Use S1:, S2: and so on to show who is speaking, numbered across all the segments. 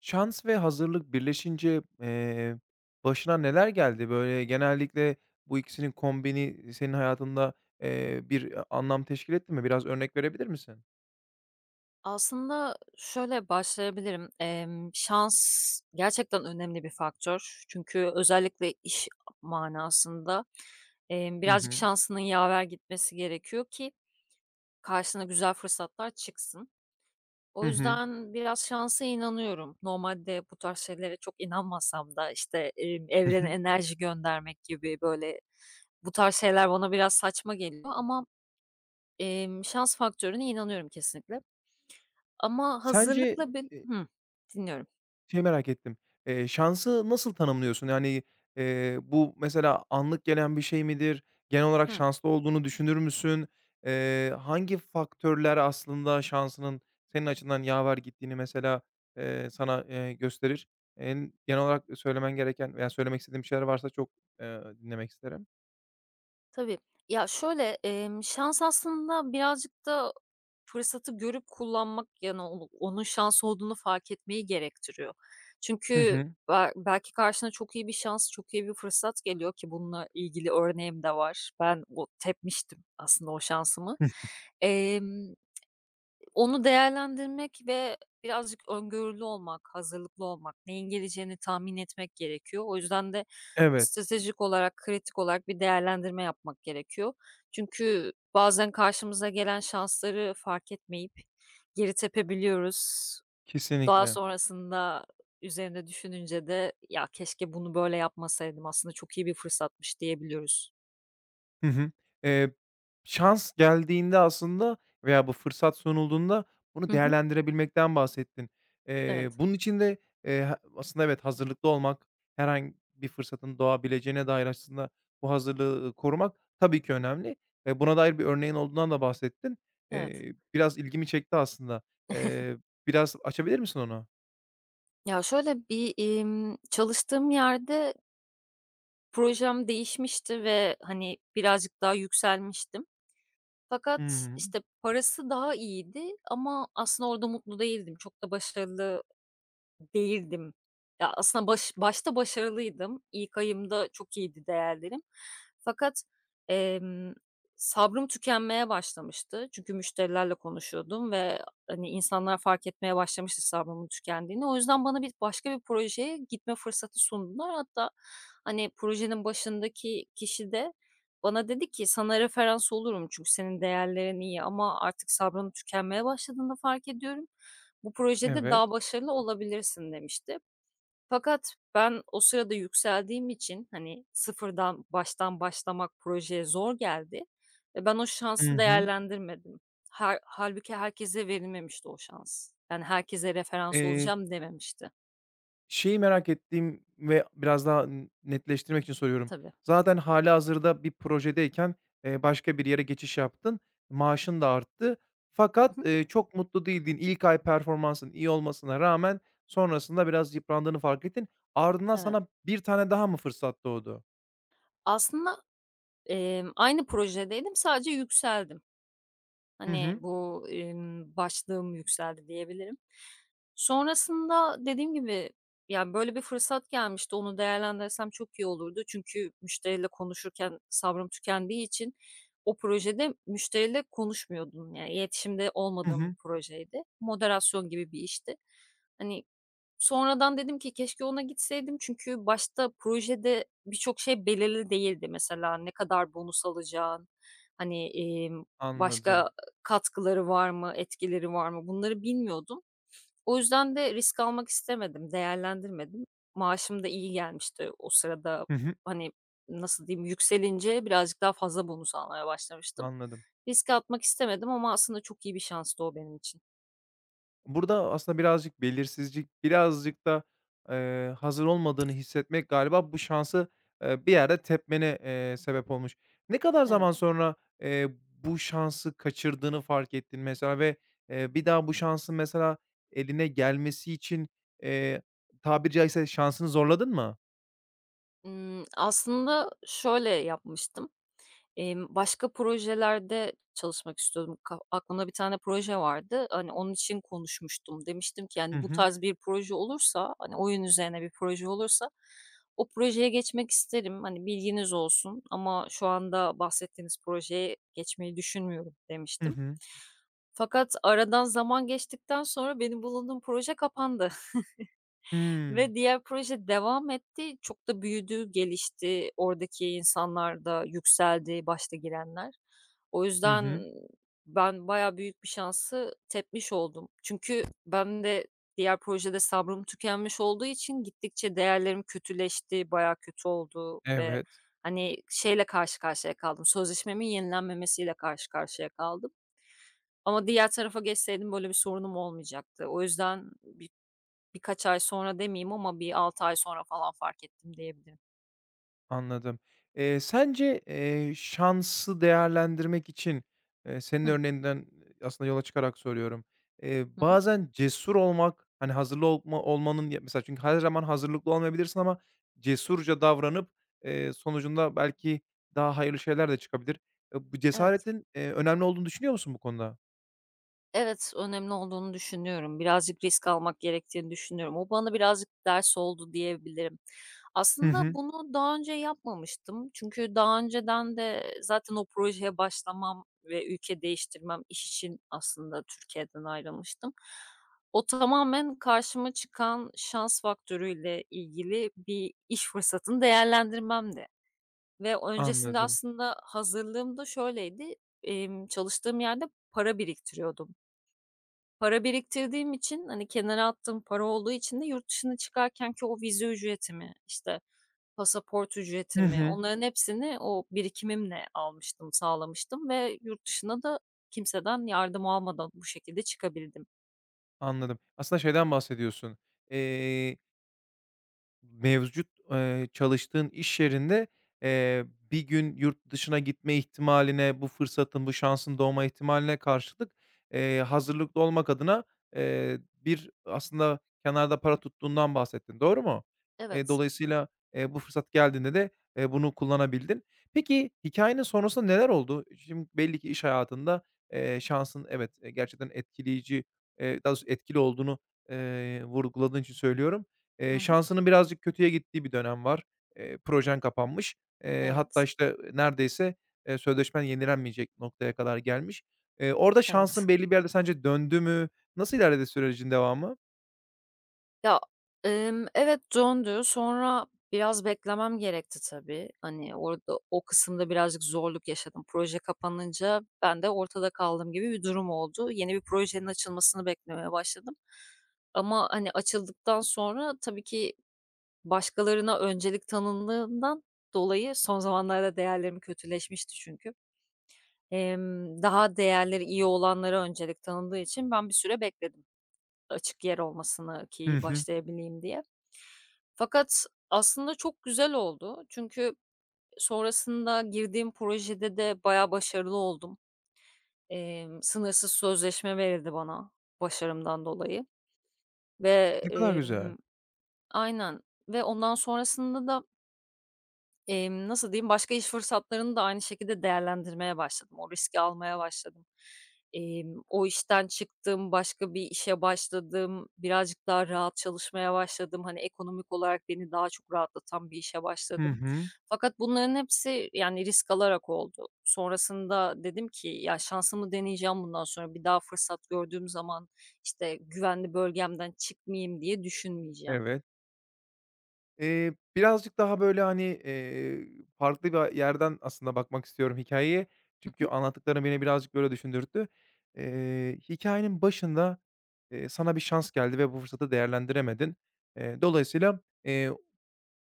S1: Şans ve hazırlık birleşince, başına neler geldi? Böyle, genellikle bu ikisinin kombini senin hayatında, bir anlam teşkil etti mi? Biraz örnek verebilir misin?
S2: Aslında şöyle başlayabilirim. Şans gerçekten önemli bir faktör. Çünkü özellikle iş manasında,
S1: Hı
S2: birazcık
S1: hı.
S2: şansının yaver gitmesi gerekiyor ki karşına güzel fırsatlar çıksın.
S1: Hı
S2: O
S1: hı.
S2: yüzden biraz şansa inanıyorum. Normalde bu tarz şeylere çok inanmasam da, işte,
S1: Hı
S2: evrene
S1: hı.
S2: enerji göndermek gibi, böyle, bu tarz şeyler bana biraz saçma geliyor ama, şans faktörüne inanıyorum kesinlikle. Ama
S1: Sence,
S2: hazırlıkla bir.
S1: eee
S2: Hıh, dinliyorum.
S1: şeyi merak ettim. Şansı nasıl tanımlıyorsun? Yani, bu mesela anlık gelen bir şey midir? Genel olarak
S2: Hıh.
S1: şanslı olduğunu düşünür müsün? Hangi faktörler aslında şansının senin açından yaver gittiğini mesela, sana, gösterir? En genel olarak söylemen gereken veya söylemek istediğin bir şeyler varsa çok, dinlemek isterim.
S2: Tabii. Ya, şöyle, şans aslında birazcık da fırsatı görüp kullanmak, yani, onun şans olduğunu fark etmeyi gerektiriyor.
S1: Hı
S2: Çünkü
S1: hı.
S2: belki karşına çok iyi bir şans, çok iyi bir fırsat geliyor ki bununla ilgili örneğim de var. Ben o tepmiştim aslında o şansımı.
S1: Hıh.
S2: Emm Onu değerlendirmek ve birazcık öngörülü olmak, hazırlıklı olmak, neyin geleceğini tahmin etmek gerekiyor. O yüzden de
S1: Evet,
S2: stratejik olarak, kritik olarak bir değerlendirme yapmak gerekiyor. Çünkü bazen karşımıza gelen şansları fark etmeyip geri tepebiliyoruz. Daha
S1: kesinlikle.
S2: sonrasında üzerinde düşününce de "Ya, keşke bunu böyle yapmasaydım, aslında çok iyi bir fırsatmış." diyebiliyoruz.
S1: Hı hı. Eee, Şans geldiğinde aslında veya bu fırsat sunulduğunda bunu
S2: Hı hı.
S1: değerlendirebilmekten bahsettin.
S2: Evet,
S1: Bunun için de, ha aslında evet, hazırlıklı olmak, herhangi bir fırsatın doğabileceğine dair aslında bu hazırlığı, korumak tabii ki önemli. Buna dair bir örneğin olduğundan da bahsettin.
S2: evet.
S1: Biraz ilgimi çekti aslında. Eee, Biraz açabilir misin onu?
S2: Ya, şöyle bir, çalıştığım yerde projem değişmişti ve, hani, birazcık daha yükselmiştim.
S1: Hı
S2: Fakat,
S1: hı.
S2: işte, parası daha iyiydi ama aslında orada mutlu değildim. Çok da başarılı değildim. Ya, aslında başta başarılıydım. İlk ayımda çok iyiydi değerlerim. Fakat, emm, sabrım tükenmeye başlamıştı. Çünkü müşterilerle konuşuyordum ve, hani, insanlar fark etmeye başlamıştı sabrımın tükendiğini. O yüzden bana bir başka bir projeye gitme fırsatı sundular. Hatta, hani, projenin başındaki kişi de bana dedi ki, "Sana referans olurum çünkü senin değerlerin iyi ama artık sabrım tükenmeye başladığını fark ediyorum. Bu projede daha
S1: Evet.
S2: başarılı olabilirsin demişti." Fakat ben o sırada yükseldiğim için, hani, sıfırdan, baştan başlamak projeye zor geldi ve ben o
S1: Hı
S2: şansı
S1: hı.
S2: değerlendirmedim. Hâlbuki herkese verilmemişti o şans. Yani, herkese referans olacağım dememişti.
S1: Şeyi merak ettiğim ve biraz daha netleştirmek için soruyorum.
S2: Tabii.
S1: Zaten hâlihazırda bir projedeyken, başka bir yere geçiş yaptın, maaşın da arttı fakat,
S2: Hı hı.
S1: çok mutlu değildin. İlk ay performansın iyi olmasına rağmen sonrasında biraz yıprandığını fark ettin. Ardından
S2: Evet.
S1: sana bir tane daha mı fırsat doğdu?
S2: Aslında, aynı projedeydim, sadece yükseldim.
S1: Hı
S2: Hani,
S1: hı.
S2: bu, başlığım yükseldi diyebilirim. Sonrasında dediğim gibi, ya, böyle bir fırsat gelmişti, onu değerlendirsem çok iyi olurdu. Çünkü müşteriyle konuşurken sabrım tükendiği için o projede müşteriyle konuşmuyordum. Yani iletişimde
S1: Hı
S2: olmadığım bir
S1: hı.
S2: projeydi. Moderasyon gibi bir işti. Hani, sonradan dedim ki keşke ona gitseydim çünkü başta projede birçok şey belirli değildi. Mesela ne kadar bonus alacağın, hani,
S1: Anladım.
S2: başka katkıları var mı, etkileri var mı? Bunları bilmiyordum. O yüzden de risk almak istemedim, değerlendirmedim. Maaşım da iyi gelmişti o sırada.
S1: Hı hı.
S2: Hani, nasıl diyeyim, yükselince birazcık daha fazla bonus almaya başlamıştım.
S1: Anladım.
S2: Riske atmak istemedim ama aslında çok iyi bir şanstı o benim için.
S1: Burada aslında birazcık belirsizlik, birazcık da, hazır olmadığını hissetmek galiba bu şansı, bir yerde tepmene, sebep olmuş. Ne kadar zaman
S2: Evet.
S1: sonra, eee, bu şansı kaçırdığını fark ettin mesela ve, bir daha bu şansın mesela eline gelmesi için, eee, tabiri caizse şansını zorladın mı?
S2: Aslında şöyle yapmıştım. Başka projelerde çalışmak istiyordum. Aklımda bir tane proje vardı. Hani, onun için konuşmuştum. Demiştim ki,
S1: Hı
S2: yani, bu
S1: hı.
S2: tarz bir proje olursa, hani, oyun üzerine bir proje olursa o projeye geçmek isterim. Hani, bilginiz olsun ama şu anda bahsettiğiniz projeye geçmeyi düşünmüyorum
S1: Hı
S2: demiştim.
S1: hı.
S2: Fakat aradan zaman geçtikten sonra benim bulunduğum proje kapandı.
S1: Hımm.
S2: Ve diğer proje devam etti. Çok da büyüdü, gelişti. Oradaki insanlar da yükseldi, başta girenler. O
S1: Hı
S2: yüzden
S1: hı.
S2: ben bayağı büyük bir şansı tepmiş oldum. Çünkü ben de diğer projede sabrım tükenmiş olduğu için gittikçe değerlerim kötüleşti, bayağı kötü oldu ve
S1: Evet.
S2: hani şeyle karşı karşıya kaldım. Sözleşmemin yenilenmemesiyle karşı karşıya kaldım. Ama diğer tarafa geçseydim böyle bir sorunum olmayacaktı. O yüzden birkaç ay sonra demeyeyim ama bir 6 ay sonra falan fark ettim diyebilirim.
S1: Anladım. Sence, şansı değerlendirmek için, senin
S2: Hı.
S1: örneğinden aslında yola çıkarak soruyorum.
S2: Hı hı.
S1: Bazen cesur olmak, hani, hazırlı olmanın ya mesela çünkü her zaman hazırlıklı olmayabilirsin ama cesurca davranıp, sonucunda belki daha hayırlı şeyler de çıkabilir. E, bu
S2: Evet.
S1: cesaretin, önemli olduğunu düşünüyor musun bu konuda?
S2: Evet, önemli olduğunu düşünüyorum. Birazcık risk almak gerektiğini düşünüyorum. O bana birazcık ders oldu diyebilirim.
S1: Hı
S2: Aslında
S1: hı.
S2: bunu daha önce yapmamıştım. Çünkü daha önceden de zaten o projeye başlamam ve ülke değiştirmem iş için aslında Türkiye'den ayrılmıştım. O tamamen karşıma çıkan şans faktörüyle ilgili bir iş fırsatını değerlendirmemdi. Ve öncesinde
S1: Anladım.
S2: aslında hazırlığım da şöyleydi, çalıştığım yerde para biriktiriyordum. Para biriktirdiğim için, hani, kenara attığım para olduğu için de yurt dışına çıkarken ki o vize ücretimi, işte, pasaport
S1: Hı
S2: ücretimi,
S1: hı.
S2: onların hepsini o birikimimle almıştım, sağlamıştım ve yurt dışına da kimseden yardım almadan bu şekilde çıkabildim.
S1: Anladım. Aslında şeyden bahsediyorsun. Mevcut, çalıştığın iş yerinde, eee, bir gün yurt dışına gitme ihtimaline, bu fırsatın, bu şansın doğma ihtimaline karşılık, hazırlıklı olmak adına, eee, bir aslında kenarda para tuttuğundan bahsettin, doğru mu?
S2: Evet.
S1: Dolayısıyla, bu fırsat geldiğinde de, bunu kullanabildin. Peki, hikâyenin sonrasında neler oldu? Şimdi belli ki iş hayatında, şansın evet, gerçekten etkileyici, daha doğrusu etkili olduğunu, vurguladığın için söylüyorum.
S2: Hı hı.
S1: Şansının birazcık kötüye gittiği bir dönem var. Projen kapanmış. Hatta,
S2: Evet.
S1: işte, neredeyse, sözleşmen yenilenmeyecek noktaya kadar gelmiş. Orada
S2: Evet.
S1: şansın belli bir yerde sence döndü mü? Nasıl ilerledi sürecin devamı?
S2: Ya, evet, döndü. Sonra biraz beklemem gerekti tabii. Hani, orada o kısımda birazcık zorluk yaşadım. Proje kapanınca ben de ortada kaldığım gibi bir durum oldu. Yeni bir projenin açılmasını beklemeye başladım. Ama, hani, açıldıktan sonra tabii ki başkalarına öncelik tanındığından dolayı son zamanlarda değerlerim kötüleşmişti çünkü. Daha değerleri iyi olanlara öncelik tanındığı için ben bir süre bekledim açık yer olmasını
S1: Hı
S2: ki
S1: hı.
S2: başlayabileyim diye. Fakat aslında çok güzel oldu. Çünkü sonrasında girdiğim projede de bayağı başarılı oldum. Sınırsız sözleşme verildi bana başarımdan dolayı ve,
S1: Ne kadar güzel.
S2: emm aynen ve ondan sonrasında da nasıl diyeyim, başka iş fırsatlarını da aynı şekilde değerlendirmeye başladım. O riski almaya başladım. O işten çıktım, başka bir işe başladım, birazcık daha rahat çalışmaya başladım. Hani, ekonomik olarak beni daha çok rahatlatan bir işe
S1: Hı
S2: başladım.
S1: hı.
S2: Fakat bunların hepsi, yani, risk alarak oldu. Sonrasında dedim ki, "Ya, şansımı deneyeceğim bundan sonra. Bir daha fırsat gördüğüm zaman, işte, güvenli bölgemden çıkmayayım." diye düşünmeyeceğim.
S1: Evet. Birazcık daha, böyle, hani, farklı bir yerden aslında bakmak istiyorum hikâyeye.
S2: Hı
S1: Çünkü
S2: hı.
S1: anlattıkların beni birazcık böyle düşündürttü. Hikâyenin başında, sana bir şans geldi ve bu fırsatı değerlendiremedin. Dolayısıyla,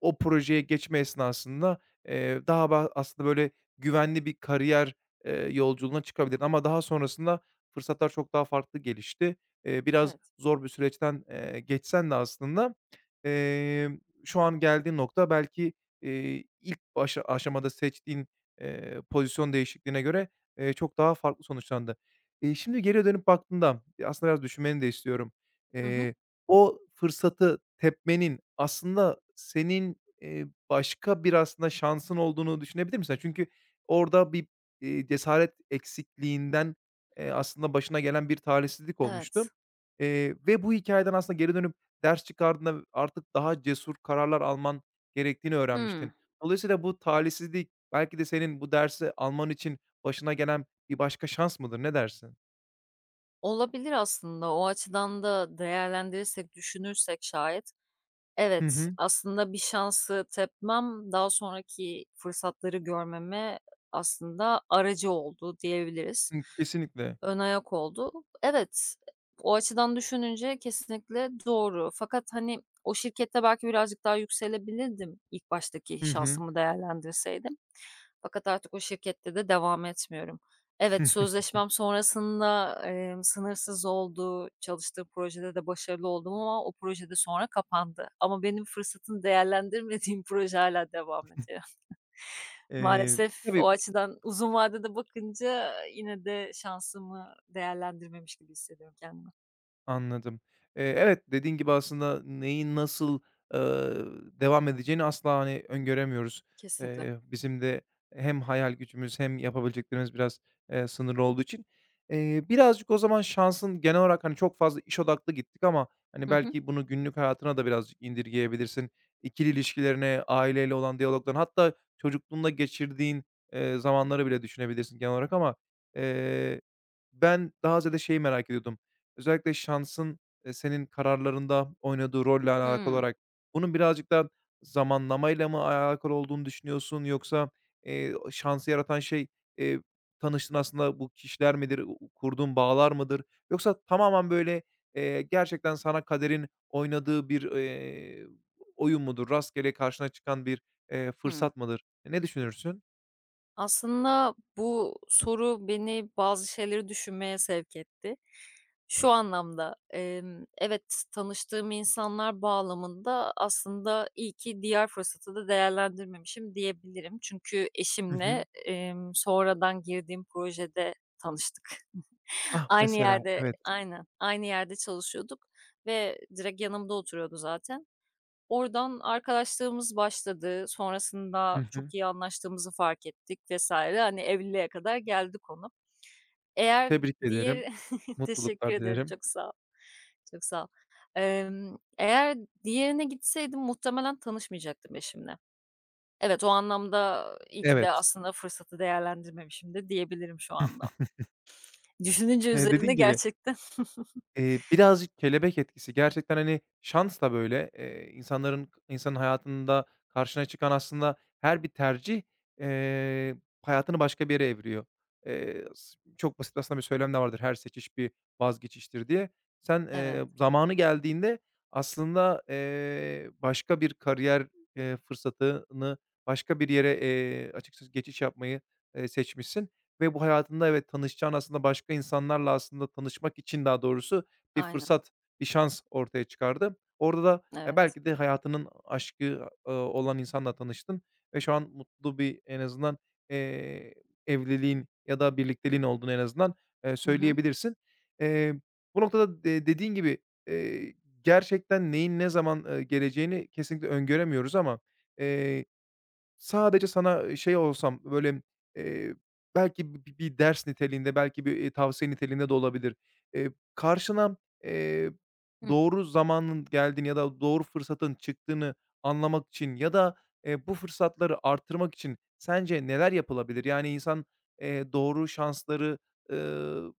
S1: o projeye geçme esnasında, daha aslında böyle güvenli bir kariyer, yolculuğuna çıkabilirdin ama daha sonrasında fırsatlar çok daha farklı gelişti. Biraz
S2: Evet.
S1: zor bir süreçten, geçsen de aslında, emm, şu an geldiğin nokta belki, ilk aşamada seçtiğin, pozisyon değişikliğine göre, çok daha farklı sonuçlandı. Şimdi geriye dönüp baktığında, aslında biraz düşünmeni de istiyorum.
S2: Hı hı.
S1: Eee O fırsatı tepmenin aslında senin, başka bir aslında şansın olduğunu düşünebilir misin? Çünkü orada bir, cesaret eksikliğinden, aslında başına gelen bir talihsizlik
S2: Evet.
S1: olmuştu, ve bu hikâyeden aslında geri dönüp ders çıkardığında artık daha cesur kararlar alman gerektiğini
S2: Hıı.
S1: öğrenmiştin. Dolayısıyla bu talihsizlik belki de senin bu dersi alman için başına gelen bir başka şans mıdır? Ne dersin?
S2: Olabilir aslında. O açıdan da değerlendirirsek, düşünürsek şayet,
S1: Hı
S2: evet,
S1: hı.
S2: aslında bir şansı tepmem, daha sonraki fırsatları görmeme aslında aracı oldu diyebiliriz.
S1: Hıı, kesinlikle.
S2: Ön ayak oldu. Evet, o açıdan düşününce kesinlikle doğru. Fakat, hani, o şirkette belki birazcık daha yükselebilirdim ilk baştaki
S1: Hı hı.
S2: şansımı değerlendirseydim. Fakat artık o şirkette de devam etmiyorum. Evet, sözleşmem sonrasında, sınırsız oldu. Çalıştığım projede de başarılı oldum ama o projede sonra kapandı. Ama benim fırsatını değerlendirmediğim proje hâlâ devam ediyor. Maalesef o
S1: Tabii.
S2: açıdan uzun vadede bakınca yine de şansımı değerlendirmemiş gibi hissediyorum kendimi.
S1: Anladım. Evet, dediğin gibi aslında neyin nasıl, devam edeceğini asla, hani, öngöremiyoruz.
S2: Kesinlikle.
S1: Bizim de hem hayal gücümüz hem yapabileceklerimiz biraz, sınırlı olduğu için. Birazcık o zaman şansın genel olarak, hani, çok fazla iş odaklı gittik ama, hani,
S2: Hı hı.
S1: belki bunu günlük hayatına da birazcık indirgeyebilirsin. İkili ilişkilerine, aileyle olan diyaloglarına hatta çocukluğunda geçirdiğin, zamanları bile düşünebilirsin genel olarak ama, eee, ben daha ziyade şeyi merak ediyordum. Özellikle şansın, senin kararlarında oynadığı rolle alakalı
S2: Hı.
S1: olarak bunun birazcık da zamanlamayla mı alakalı olduğunu düşünüyorsun yoksa, o şansı yaratan şey, eee, tanıştığın aslında bu kişiler midir, kurduğun bağlar mıdır yoksa tamamen, böyle, gerçekten sana kaderin oynadığı bir, oyun mudur, rastgele karşına çıkan bir,
S2: Hımm.
S1: fırsat mıdır? E, ne düşünürsün?
S2: Aslında bu soru beni bazı şeyleri düşünmeye sevk etti. Şu anlamda, evet, tanıştığım insanlar bağlamında aslında iyi ki diğer fırsatı da değerlendirmemişim diyebilirim. Çünkü
S1: Hı
S2: eşimle,
S1: hı.
S2: sonradan girdiğim projede tanıştık.
S1: Ah,
S2: Aynı
S1: mesela,
S2: yerde
S1: evet.
S2: aynen, aynı yerde çalışıyorduk ve direkt yanımda oturuyordu zaten. Oradan arkadaşlığımız başladı.
S1: Hı
S2: Sonrasında
S1: hı.
S2: çok iyi anlaştığımızı fark ettik vesaire. Hani evliliğe kadar geldi konu. Eğer
S1: Tebrik ederim.
S2: diğer teşekkür
S1: Mutluluklar
S2: ederim,
S1: dilerim.
S2: çok sağ ol. Çok sağ ol. Eğer diğerine gitseydim muhtemelen tanışmayacaktım eşimle. Evet, o anlamda iyi ki de
S1: Evet.
S2: aslında fırsatı değerlendirmemişim de diyebilirim şu anda. Düşününce üzerine
S1: Dediğin gibi,
S2: gerçekten.
S1: Birazcık kelebek etkisi. Gerçekten, hani, şans da böyle, insanın hayatında karşına çıkan aslında her bir tercih, eee, hayatını başka bir yere eviriyor. S Çok basit aslında bir söylem de vardır, "Her seçiş bir vazgeçiştir." diye. Sen,
S2: Evet,
S1: zamanı geldiğinde aslında, başka bir kariyer, fırsatını, başka bir yere, açıkçası geçiş yapmayı, seçmişsin ve bu hayatında evet, tanışacağın aslında başka insanlarla aslında tanışmak için daha doğrusu bir
S2: aynen.
S1: fırsat, bir şans ortaya çıkardı. Orada da,
S2: Evet.
S1: belki de hayatının aşkı, olan insanla tanıştın ve şu an mutlu bir en azından, eee, evliliğin ya da birlikteliğin olduğunu en azından,
S2: Hı hı.
S1: söyleyebilirsin. Eee, Bu noktada de dediğin gibi, eee, gerçekten neyin ne zaman, geleceğini kesinlikle öngöremiyoruz ama, eee sadece sana şey olsam, böyle, eee, belki bir ders niteliğinde, belki bir, tavsiye niteliğinde de olabilir. Karşına, eee,
S2: Hımm.
S1: doğru zamanın geldiğini ya da doğru fırsatın çıktığını anlamak için ya da, bu fırsatları arttırmak için sence neler yapılabilir? Yani insan, doğru şansları, ııı,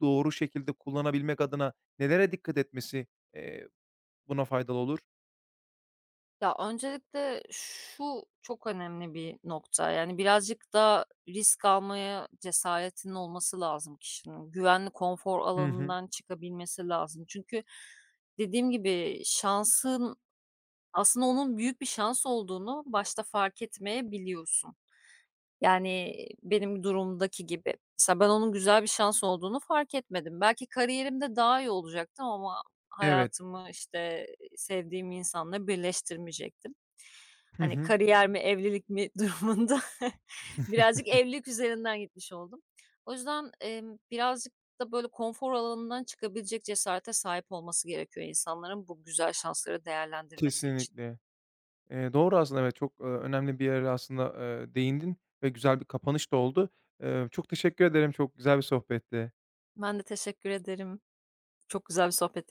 S1: doğru şekilde kullanabilmek adına nelere dikkat etmesi, eee, buna faydalı olur?
S2: Ya, öncelikle şu çok önemli bir nokta, yani, birazcık da risk almaya cesaretinin olması lazım kişinin. Güvenli konfor
S1: Hı hı.
S2: alanından çıkabilmesi lazım. Çünkü dediğim gibi şansın aslında onun büyük bir şans olduğunu başta fark etmeyebiliyorsun. Yani, benim durumdaki gibi. Mesela ben onun güzel bir şans olduğunu fark etmedim. Belki kariyerimde daha iyi olacaktım ama
S1: Evet.
S2: hayatımı, işte, sevdiğim insanla birleştirmeyecektim.
S1: Hı
S2: Hani,
S1: hı.
S2: kariyer mi, evlilik mi durumunda birazcık evlilik üzerinden gitmiş oldum. O yüzden, birazcık da, böyle, konfor alanından çıkabilecek cesarete sahip olması gerekiyor insanların bu güzel şansları değerlendirmesi için.
S1: Kesinlikle. Doğru aslında evet, çok, önemli bir yere aslında, değindin ve güzel bir kapanış da oldu. Çok teşekkür ederim, çok güzel bir sohbetti.
S2: Ben de teşekkür ederim. Çok güzel bir sohbet